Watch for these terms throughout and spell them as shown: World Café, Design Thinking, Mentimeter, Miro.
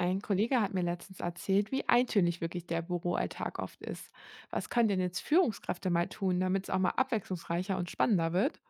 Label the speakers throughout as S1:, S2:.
S1: Ein Kollege hat mir letztens erzählt, wie eintönig wirklich der Büroalltag oft ist. Was können denn jetzt Führungskräfte mal tun, damit es auch mal abwechslungsreicher und spannender wird?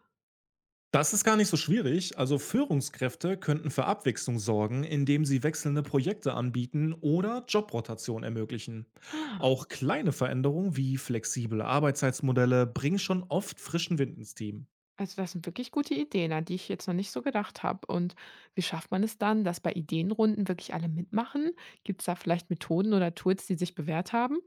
S2: Das ist gar nicht so schwierig. Also Führungskräfte könnten für Abwechslung sorgen, indem sie wechselnde Projekte anbieten oder Jobrotation ermöglichen.
S1: Ah,
S2: Auch kleine Veränderungen wie flexible Arbeitszeitmodelle bringen schon oft frischen Wind ins Team.
S1: also das sind wirklich gute Ideen, an die ich jetzt noch nicht so gedacht habe. Und wie schafft man es dann, dass bei Ideenrunden wirklich alle mitmachen? Gibt es da vielleicht Methoden oder Tools, die sich bewährt haben?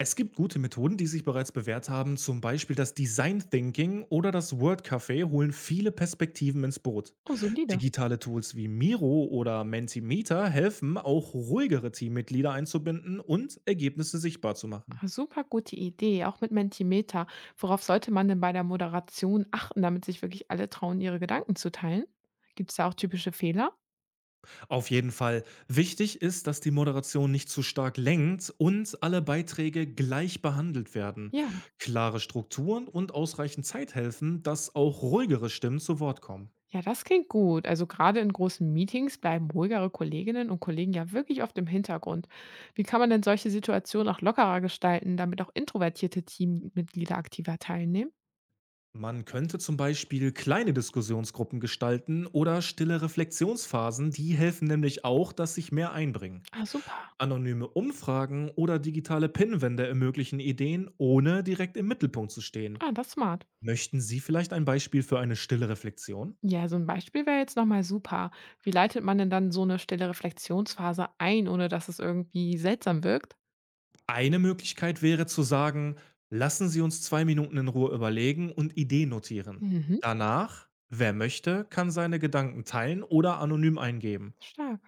S2: Es gibt gute Methoden, die sich bereits bewährt haben, zum Beispiel das Design Thinking oder das Word Café holen viele Perspektiven ins Boot.
S1: Oh, solide.
S2: Digitale Tools wie Miro oder Mentimeter helfen, auch ruhigere Teammitglieder einzubinden und Ergebnisse sichtbar zu machen.
S1: Ah, super gute Idee, auch mit Mentimeter. Worauf sollte man denn bei der Moderation achten, damit sich wirklich alle trauen, ihre Gedanken zu teilen? Gibt es da auch typische Fehler?
S2: Auf jeden Fall. Wichtig ist, dass die Moderation nicht zu stark lenkt und alle Beiträge gleich behandelt werden.
S1: Ja.
S2: Klare Strukturen und ausreichend Zeit helfen, dass auch ruhigere Stimmen zu Wort kommen.
S1: Ja, Das klingt gut. Also gerade in großen Meetings bleiben ruhigere Kolleginnen und Kollegen ja wirklich oft im Hintergrund. Wie kann man denn solche Situationen auch lockerer gestalten, damit auch introvertierte Teammitglieder aktiver teilnehmen?
S2: Man könnte zum Beispiel kleine Diskussionsgruppen gestalten oder stille Reflexionsphasen, die helfen nämlich auch, dass sich mehr einbringen.
S1: Ah, super.
S2: Anonyme Umfragen oder digitale Pinwände ermöglichen Ideen, ohne direkt im Mittelpunkt zu stehen.
S1: Ah, das ist smart.
S2: Möchten Sie vielleicht ein Beispiel für eine stille Reflexion?
S1: Ja, so ein Beispiel wäre jetzt nochmal super. Wie leitet man denn dann so eine stille Reflexionsphase ein, ohne dass es irgendwie seltsam wirkt?
S2: Eine Möglichkeit wäre zu sagen, lassen Sie uns 2 Minuten in Ruhe überlegen und Ideen notieren.
S1: Mhm,
S2: Danach, wer möchte, kann seine Gedanken teilen oder anonym eingeben.
S1: stark.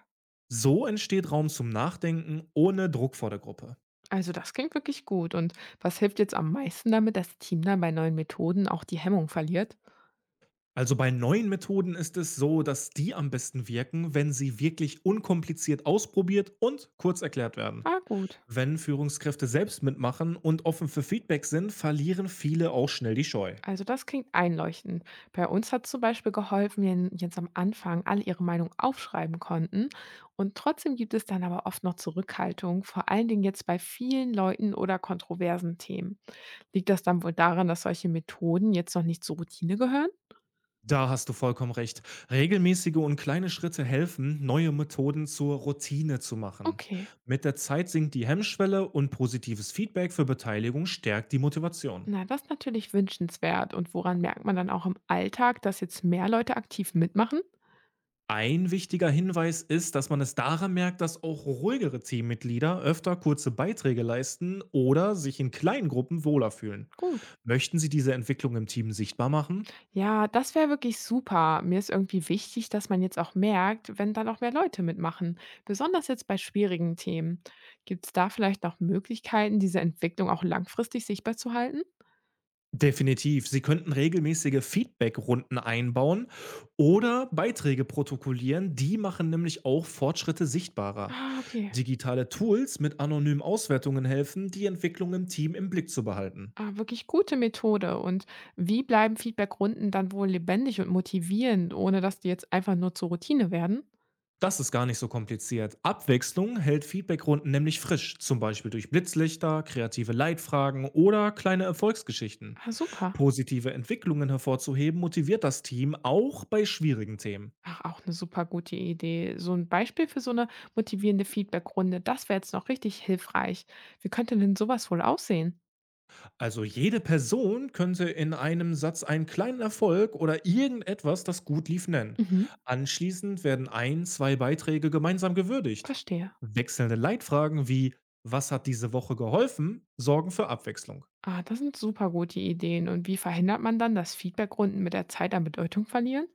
S2: So entsteht Raum zum Nachdenken ohne Druck vor der Gruppe.
S1: Also das klingt wirklich gut. Und was hilft jetzt am meisten damit, das Team dann bei neuen Methoden auch die Hemmung verliert?
S2: Also bei neuen Methoden ist es so, dass die am besten wirken, wenn sie wirklich unkompliziert ausprobiert und kurz erklärt werden.
S1: Ah, gut.
S2: Wenn Führungskräfte selbst mitmachen und offen für Feedback sind, verlieren viele auch schnell die Scheu.
S1: Also das klingt einleuchtend. Bei uns hat zum Beispiel geholfen, wenn jetzt am Anfang alle ihre Meinung aufschreiben konnten. Und trotzdem gibt es dann aber oft noch Zurückhaltung, vor allen Dingen jetzt bei vielen Leuten oder kontroversen Themen. Liegt das dann wohl daran, dass solche Methoden jetzt noch nicht zur Routine gehören?
S2: Da hast du vollkommen recht. Regelmäßige und kleine Schritte helfen, neue Methoden zur Routine zu machen.
S1: Okay.
S2: Mit der Zeit sinkt die Hemmschwelle und positives Feedback für Beteiligung stärkt die Motivation.
S1: Na, das ist natürlich wünschenswert. Und woran merkt man dann auch im Alltag, dass jetzt mehr Leute aktiv mitmachen?
S2: Ein wichtiger Hinweis ist, dass man es daran merkt, dass auch ruhigere Teammitglieder öfter kurze Beiträge leisten oder sich in kleinen Gruppen wohler fühlen.
S1: Gut.
S2: Möchten Sie diese Entwicklung im Team sichtbar machen?
S1: Ja, das wäre wirklich super. Mir ist irgendwie wichtig, dass man jetzt auch merkt, wenn dann auch mehr Leute mitmachen, besonders jetzt bei schwierigen Themen. Gibt es da vielleicht noch Möglichkeiten, diese Entwicklung auch langfristig sichtbar zu halten?
S2: Definitiv. Sie könnten regelmäßige Feedbackrunden einbauen oder Beiträge protokollieren. Die machen nämlich auch Fortschritte sichtbarer.
S1: Ah, okay.
S2: Digitale Tools mit anonymen Auswertungen helfen, die Entwicklung im Team im Blick zu behalten.
S1: Ah, wirklich gute Methode. Und wie bleiben Feedbackrunden dann wohl lebendig und motivierend, ohne dass die jetzt einfach nur zur Routine werden?
S2: Das ist gar nicht so kompliziert. Abwechslung hält Feedbackrunden nämlich frisch, zum Beispiel durch Blitzlichter, kreative Leitfragen oder kleine Erfolgsgeschichten.
S1: Ah, super.
S2: Positive Entwicklungen hervorzuheben motiviert das Team auch bei schwierigen Themen.
S1: Ach, auch eine super gute Idee. So ein Beispiel für so eine motivierende Feedbackrunde, das wäre jetzt noch richtig hilfreich. Wie könnte denn sowas wohl aussehen?
S2: Also jede Person könnte in einem Satz einen kleinen Erfolg oder irgendetwas, das gut lief, nennen.
S1: Mhm,
S2: Anschließend werden ein, zwei Beiträge gemeinsam gewürdigt.
S1: verstehe.
S2: Wechselnde Leitfragen wie „Was hat diese Woche geholfen?“ sorgen für Abwechslung.
S1: Ah, das sind super gute Ideen. Und wie verhindert man dann, dass Feedbackrunden mit der Zeit an Bedeutung verlieren?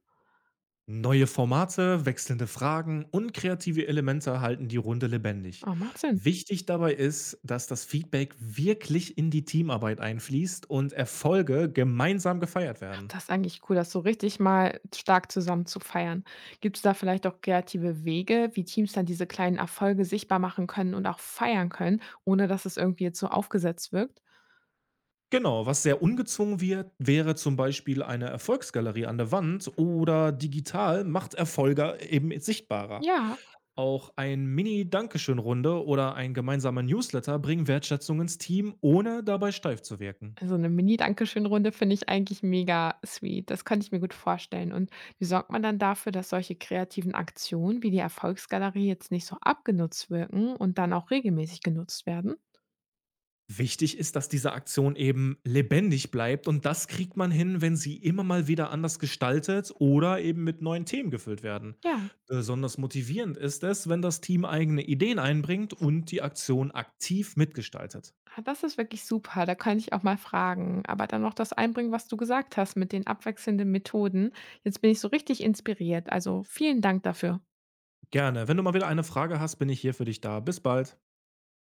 S2: Neue Formate, wechselnde Fragen und kreative Elemente halten die Runde lebendig.
S1: Ah, macht Sinn.
S2: Wichtig dabei ist, dass das Feedback wirklich in die Teamarbeit einfließt und Erfolge gemeinsam gefeiert
S1: Ach,
S2: werden.
S1: das ist eigentlich cool, das so richtig mal stark zusammen zu feiern. Gibt es da vielleicht auch kreative Wege, wie Teams dann diese kleinen Erfolge sichtbar machen können und auch feiern können, ohne dass es irgendwie jetzt so aufgesetzt wirkt?
S2: Genau, was sehr ungezwungen wird, wäre zum Beispiel eine Erfolgsgalerie an der Wand oder digital macht Erfolge eben sichtbarer.
S1: Ja.
S2: Auch ein Mini-Dankeschön-Runde oder ein gemeinsamer Newsletter bringen Wertschätzung ins Team, ohne dabei steif zu wirken.
S1: Also eine Mini-Dankeschön-Runde finde ich eigentlich mega sweet. Das könnte ich mir gut vorstellen. Und wie sorgt man dann dafür, dass solche kreativen Aktionen wie die Erfolgsgalerie jetzt nicht so abgenutzt wirken und dann auch regelmäßig genutzt werden?
S2: Wichtig ist, dass diese Aktion eben lebendig bleibt und das kriegt man hin, wenn sie immer mal wieder anders gestaltet oder eben mit neuen Themen gefüllt werden.
S1: Ja,
S2: Besonders motivierend ist es, wenn das Team eigene Ideen einbringt und die Aktion aktiv mitgestaltet.
S1: ah, das ist wirklich super. Da könnte ich auch mal fragen, aber dann noch das einbringen, was du gesagt hast mit den abwechselnden Methoden. Jetzt bin ich so richtig inspiriert. Also, vielen Dank dafür.
S2: Gerne. Wenn du mal wieder eine Frage hast, bin ich hier für dich da. Bis bald.